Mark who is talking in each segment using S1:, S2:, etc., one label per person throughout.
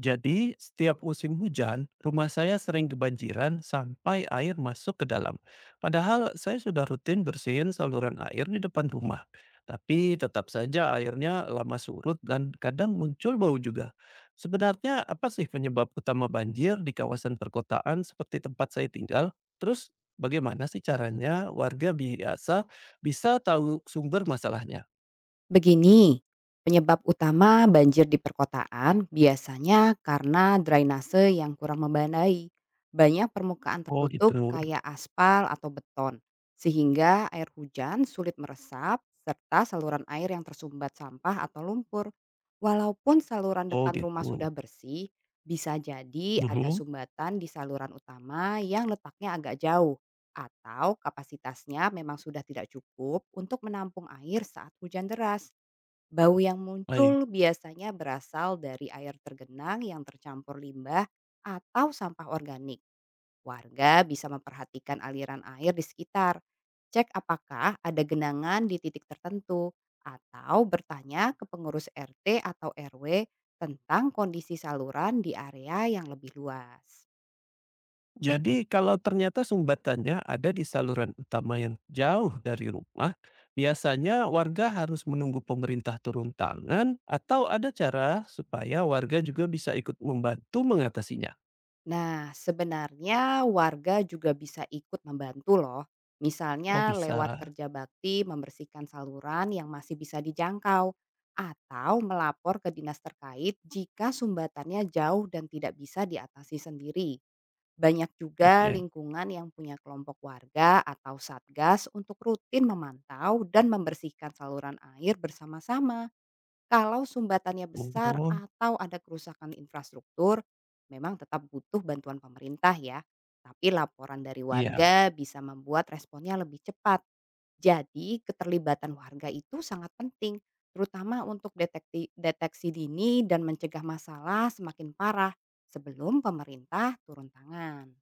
S1: Jadi, setiap musim hujan, rumah saya sering kebanjiran sampai air masuk ke dalam. Padahal saya sudah rutin bersihin saluran air di depan rumah. Tapi tetap saja airnya lama surut dan kadang muncul bau juga. Sebenarnya apa sih penyebab utama banjir di kawasan perkotaan seperti tempat saya tinggal? Terus bagaimana sih caranya warga biasa bisa tahu sumber masalahnya?
S2: Begini, penyebab utama banjir di perkotaan biasanya karena drainase yang kurang membandai. Banyak permukaan
S1: Oh
S2: tertutup
S1: gitu.
S2: kayak aspal atau beton, sehingga air hujan sulit meresap serta saluran air yang tersumbat sampah atau lumpur. Walaupun saluran
S1: Oh
S2: depan rumah
S1: gitu.
S2: sudah bersih, bisa jadi ada
S1: Mhm.
S2: sumbatan di saluran utama yang letaknya agak jauh atau kapasitasnya memang sudah tidak cukup untuk menampung air saat hujan deras. Bau yang
S1: Baik.
S2: muncul biasanya berasal dari air tergenang yang tercampur limbah atau sampah organik. Warga bisa memperhatikan aliran air di sekitar, cek apakah ada genangan di titik tertentu, atau bertanya ke pengurus RT atau RW tentang kondisi saluran di area yang lebih luas.
S1: Jadi kalau ternyata sumbatannya ada di saluran utama yang jauh dari rumah, biasanya warga harus menunggu pemerintah turun tangan atau ada cara supaya warga juga bisa ikut membantu mengatasinya?
S2: Nah, sebenarnya warga juga bisa ikut membantu loh.
S1: Oh
S2: Misalnya lewat
S1: bisa,
S2: kerja bakti membersihkan saluran yang masih bisa dijangkau atau melapor ke dinas terkait jika sumbatannya jauh dan tidak bisa diatasi sendiri. Banyak juga
S1: oke.
S2: lingkungan yang punya kelompok warga atau satgas untuk rutin memantau dan membersihkan saluran air bersama-sama. Kalau sumbatannya besar
S1: Oh,
S2: atau ada kerusakan infrastruktur, memang tetap butuh bantuan pemerintah ya. Tapi laporan dari
S1: iya.
S2: warga bisa membuat responnya lebih cepat. Jadi keterlibatan warga itu sangat penting, terutama untuk deteksi dini dan mencegah masalah semakin parah sebelum pemerintah turun tangan.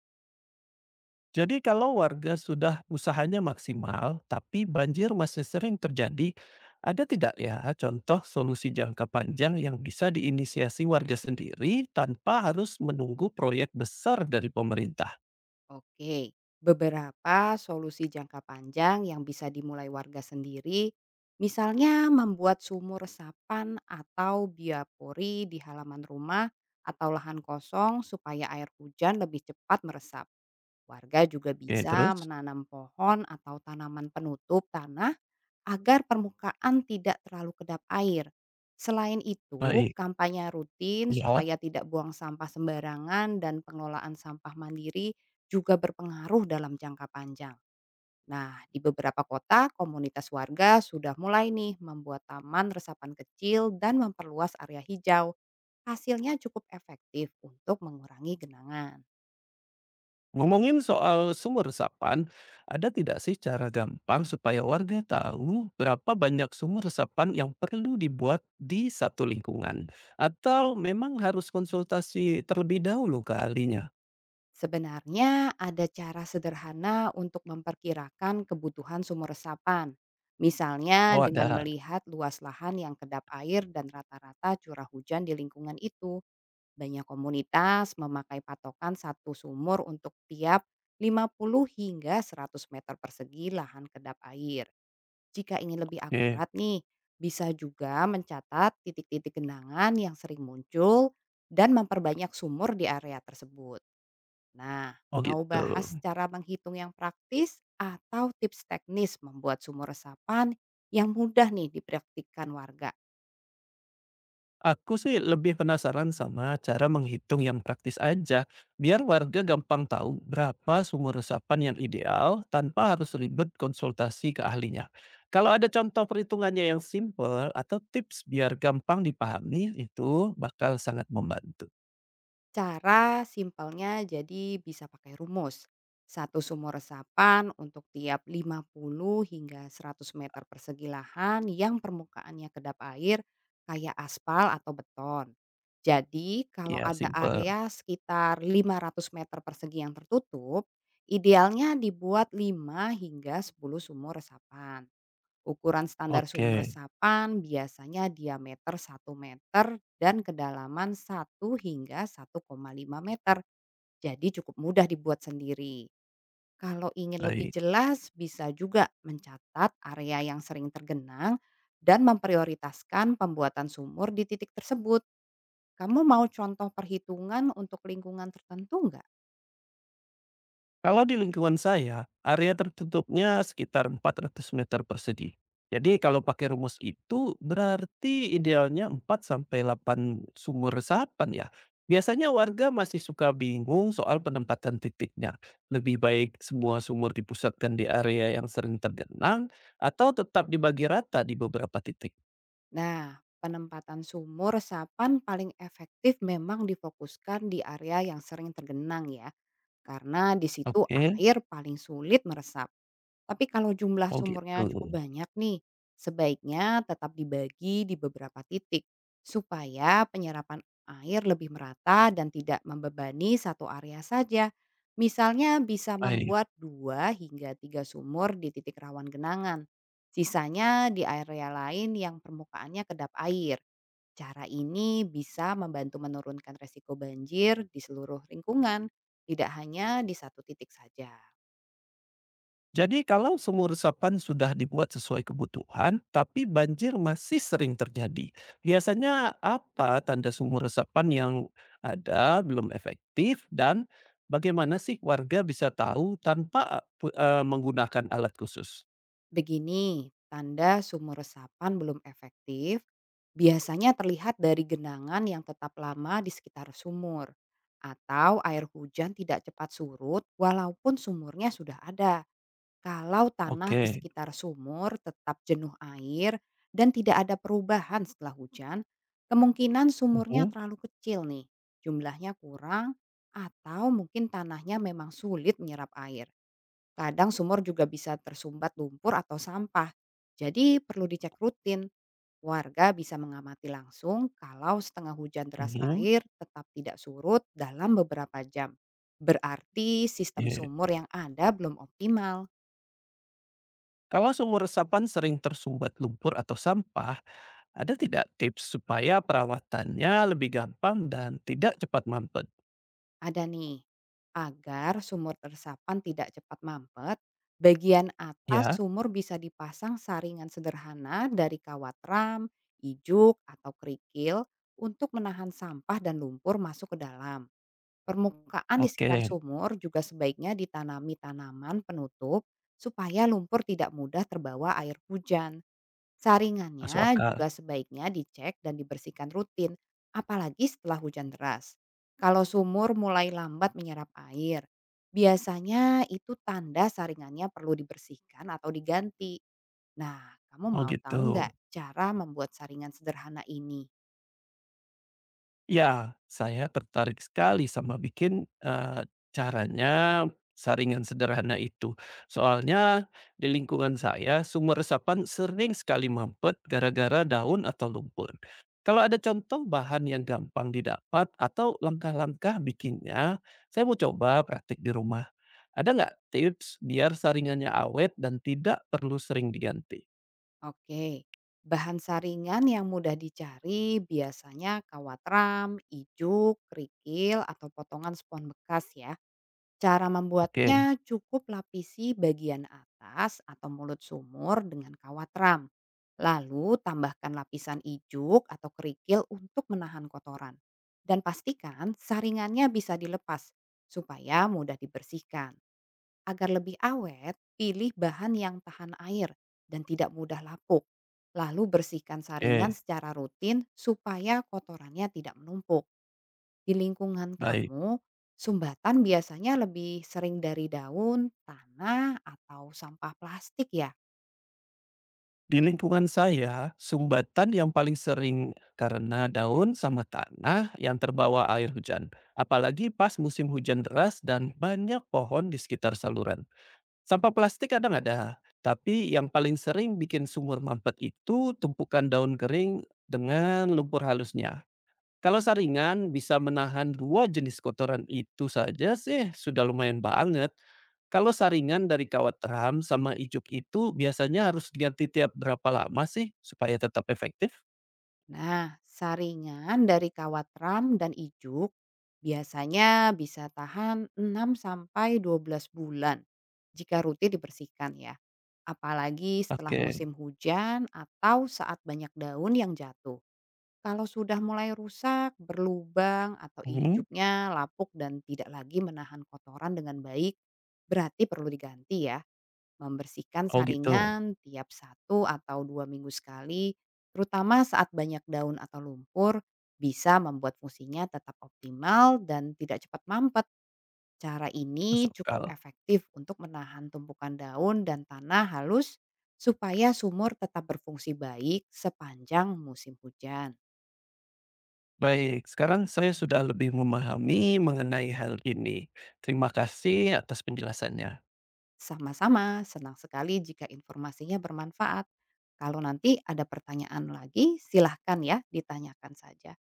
S1: Jadi kalau warga sudah usahanya maksimal, tapi banjir masih sering terjadi, ada tidak ya contoh solusi jangka panjang yang bisa diinisiasi warga sendiri tanpa harus menunggu proyek besar dari pemerintah?
S2: Oke, beberapa solusi jangka panjang yang bisa dimulai warga sendiri, misalnya membuat sumur resapan atau biopori di halaman rumah atau lahan kosong supaya air hujan lebih cepat meresap. Warga juga
S1: Oke,
S2: bisa
S1: terus?
S2: menanam pohon atau tanaman penutup tanah agar permukaan tidak terlalu kedap air. Selain itu,
S1: Baik.
S2: kampanye rutin
S1: Ya.
S2: supaya tidak buang sampah sembarangan dan pengelolaan sampah mandiri juga berpengaruh dalam jangka panjang. Nah, di beberapa kota, komunitas warga sudah mulai nih membuat taman resapan kecil dan memperluas area hijau. Hasilnya cukup efektif untuk mengurangi genangan.
S1: Ngomongin soal sumur resapan, ada tidak sih cara gampang supaya warga tahu berapa banyak sumur resapan yang perlu dibuat di satu lingkungan? Atau memang harus konsultasi terlebih dahulu ke ahlinya?
S2: Sebenarnya ada cara sederhana untuk memperkirakan kebutuhan sumur resapan. Misalnya
S1: Oh
S2: dengan
S1: ada,
S2: melihat luas lahan yang kedap air dan rata-rata curah hujan di lingkungan itu. Banyak komunitas memakai patokan satu sumur untuk tiap 50 hingga 100 meter persegi lahan kedap air. Jika ingin lebih
S1: oke.
S2: akurat nih, bisa juga mencatat titik-titik genangan yang sering muncul dan memperbanyak sumur di area tersebut. Nah,
S1: Oh
S2: mau
S1: gitu.
S2: bahas cara menghitung yang praktis atau tips teknis membuat sumur resapan yang mudah nih dipraktikkan warga?
S1: Aku sih lebih penasaran sama cara menghitung yang praktis aja, biar warga gampang tahu berapa sumur resapan yang ideal tanpa harus ribet konsultasi ke ahlinya. Kalau ada contoh perhitungannya yang simple atau tips biar gampang dipahami itu bakal sangat membantu.
S2: Cara simpelnya jadi bisa pakai rumus. Satu sumur resapan untuk tiap 50 hingga 100 meter persegi lahan yang permukaannya kedap air kayak aspal atau beton. Jadi kalau
S1: Ya
S2: ada
S1: simple.
S2: area sekitar 500 meter persegi yang tertutup, idealnya dibuat 5 hingga 10 sumur resapan. Ukuran standar sumur
S1: Oke,
S2: resapan biasanya diameter satu meter dan kedalaman 1 hingga 1,5 meter. Jadi cukup mudah dibuat sendiri. Kalau ingin lebih
S1: baik.
S2: jelas bisa juga mencatat area yang sering tergenang dan memprioritaskan pembuatan sumur di titik tersebut. Kamu mau contoh perhitungan untuk lingkungan tertentu nggak?
S1: Kalau di lingkungan saya, area tertutupnya sekitar 400 meter persegi. Jadi kalau pakai rumus itu berarti idealnya 4 sampai 8 sumur resapan ya. Biasanya warga masih suka bingung soal penempatan titiknya. Lebih baik semua sumur dipusatkan di area yang sering tergenang atau tetap dibagi rata di beberapa titik.
S2: Nah, penempatan sumur resapan paling efektif memang difokuskan di area yang sering tergenang ya, karena di situ
S1: Oke,
S2: air paling sulit meresap. Tapi kalau jumlah
S1: oh gitu.
S2: sumurnya cukup banyak nih, sebaiknya tetap dibagi di beberapa titik supaya penyerapan air lebih merata dan tidak membebani satu area saja. Misalnya bisa
S1: Baik.
S2: membuat dua hingga tiga sumur di titik rawan genangan. Sisanya di area lain yang permukaannya kedap air. Cara ini bisa membantu menurunkan resiko banjir di seluruh lingkungan, tidak hanya di satu titik saja.
S1: Jadi kalau sumur resapan sudah dibuat sesuai kebutuhan, tapi banjir masih sering terjadi. Biasanya apa tanda sumur resapan yang ada belum efektif dan bagaimana sih warga bisa tahu tanpa menggunakan alat khusus?
S2: Begini, tanda sumur resapan belum efektif biasanya terlihat dari genangan yang tetap lama di sekitar sumur atau air hujan tidak cepat surut walaupun sumurnya sudah ada. Kalau tanah di
S1: Oke.
S2: sekitar sumur tetap jenuh air dan tidak ada perubahan setelah hujan, kemungkinan sumurnya
S1: Mhm,
S2: terlalu kecil nih, jumlahnya kurang atau mungkin tanahnya memang sulit menyerap air. Kadang sumur juga bisa tersumbat lumpur atau sampah. Jadi perlu dicek rutin. Warga bisa mengamati langsung kalau setengah hujan deras
S1: mhm,
S2: air tetap tidak surut dalam beberapa jam. Berarti sistem
S1: iya.
S2: sumur yang ada belum optimal.
S1: Kalau sumur resapan sering tersumbat lumpur atau sampah, ada tidak tips supaya perawatannya lebih gampang dan tidak cepat mampet?
S2: Ada nih. Agar sumur resapan tidak cepat mampet, bagian atas
S1: Ya,
S2: sumur bisa dipasang saringan sederhana dari kawat ram, ijuk, atau kerikil untuk menahan sampah dan lumpur masuk ke dalam. Permukaan di
S1: oke,
S2: sekitar sumur juga sebaiknya ditanami tanaman penutup supaya lumpur tidak mudah terbawa air hujan. Saringannya
S1: masuk
S2: juga
S1: akal.
S2: sebaiknya dicek dan dibersihkan rutin, apalagi setelah hujan deras. Kalau sumur mulai lambat menyerap air, biasanya itu tanda saringannya perlu dibersihkan atau diganti. Nah, kamu
S1: Oh
S2: mau
S1: gitu.
S2: tahu nggak cara membuat saringan sederhana ini?
S1: Ya, saya tertarik sekali sama eee, caranya saringan sederhana itu. Soalnya di lingkungan saya sumur resapan sering sekali mampet gara-gara daun atau lumpur. Kalau ada contoh bahan yang gampang didapat atau langkah-langkah bikinnya, saya mau coba praktik di rumah. Ada nggak tips biar saringannya awet dan tidak perlu sering diganti?
S2: Oke, bahan saringan yang mudah dicari biasanya kawatram, ijuk, kerikil, atau potongan spon bekas ya. Cara
S1: Oke
S2: membuatnya cukup lapisi bagian atas atau mulut sumur dengan kawatram. Lalu tambahkan lapisan ijuk atau kerikil untuk menahan kotoran. Dan pastikan saringannya bisa dilepas supaya mudah dibersihkan. Agar lebih awet, pilih bahan yang tahan air dan tidak mudah lapuk. Lalu bersihkan saringan
S1: oke,
S2: secara rutin supaya kotorannya tidak menumpuk. Di lingkungan
S1: baik.
S2: kamu, sumbatan biasanya lebih sering dari daun, tanah, atau sampah plastik ya?
S1: Di lingkungan saya, sumbatan yang paling sering karena daun sama tanah yang terbawa air hujan. Apalagi pas musim hujan deras dan banyak pohon di sekitar saluran. Sampah plastik kadang ada, tapi yang paling sering bikin sumur mampet itu tumpukan daun kering dengan lumpur halusnya. Kalau saringan bisa menahan 2 jenis kotoran itu saja sih sudah lumayan banget. Kalau saringan dari kawat ram sama ijuk itu biasanya harus diganti tiap berapa lama sih supaya tetap efektif?
S2: Nah, saringan dari kawatram dan ijuk biasanya bisa tahan 6 sampai 12 bulan jika rutin dibersihkan ya. Apalagi setelah
S1: Oke,
S2: musim hujan atau saat banyak daun yang jatuh. Kalau sudah mulai rusak, berlubang atau
S1: mhm,
S2: ijuknya lapuk dan tidak lagi menahan kotoran dengan baik, berarti perlu diganti ya. Membersihkan
S1: oh gitu,
S2: saringan tiap satu atau 2 minggu sekali, terutama saat banyak daun atau lumpur, bisa membuat fungsinya tetap optimal dan tidak cepat mampet. Cara ini
S1: masuk
S2: cukup
S1: akal.
S2: efektif untuk menahan tumpukan daun dan tanah halus supaya sumur tetap berfungsi baik sepanjang musim hujan.
S1: Baik, sekarang saya sudah lebih memahami mengenai hal ini. Terima kasih atas penjelasannya.
S2: Sama-sama, senang sekali jika informasinya bermanfaat. Kalau nanti ada pertanyaan lagi, silahkan ya ditanyakan saja.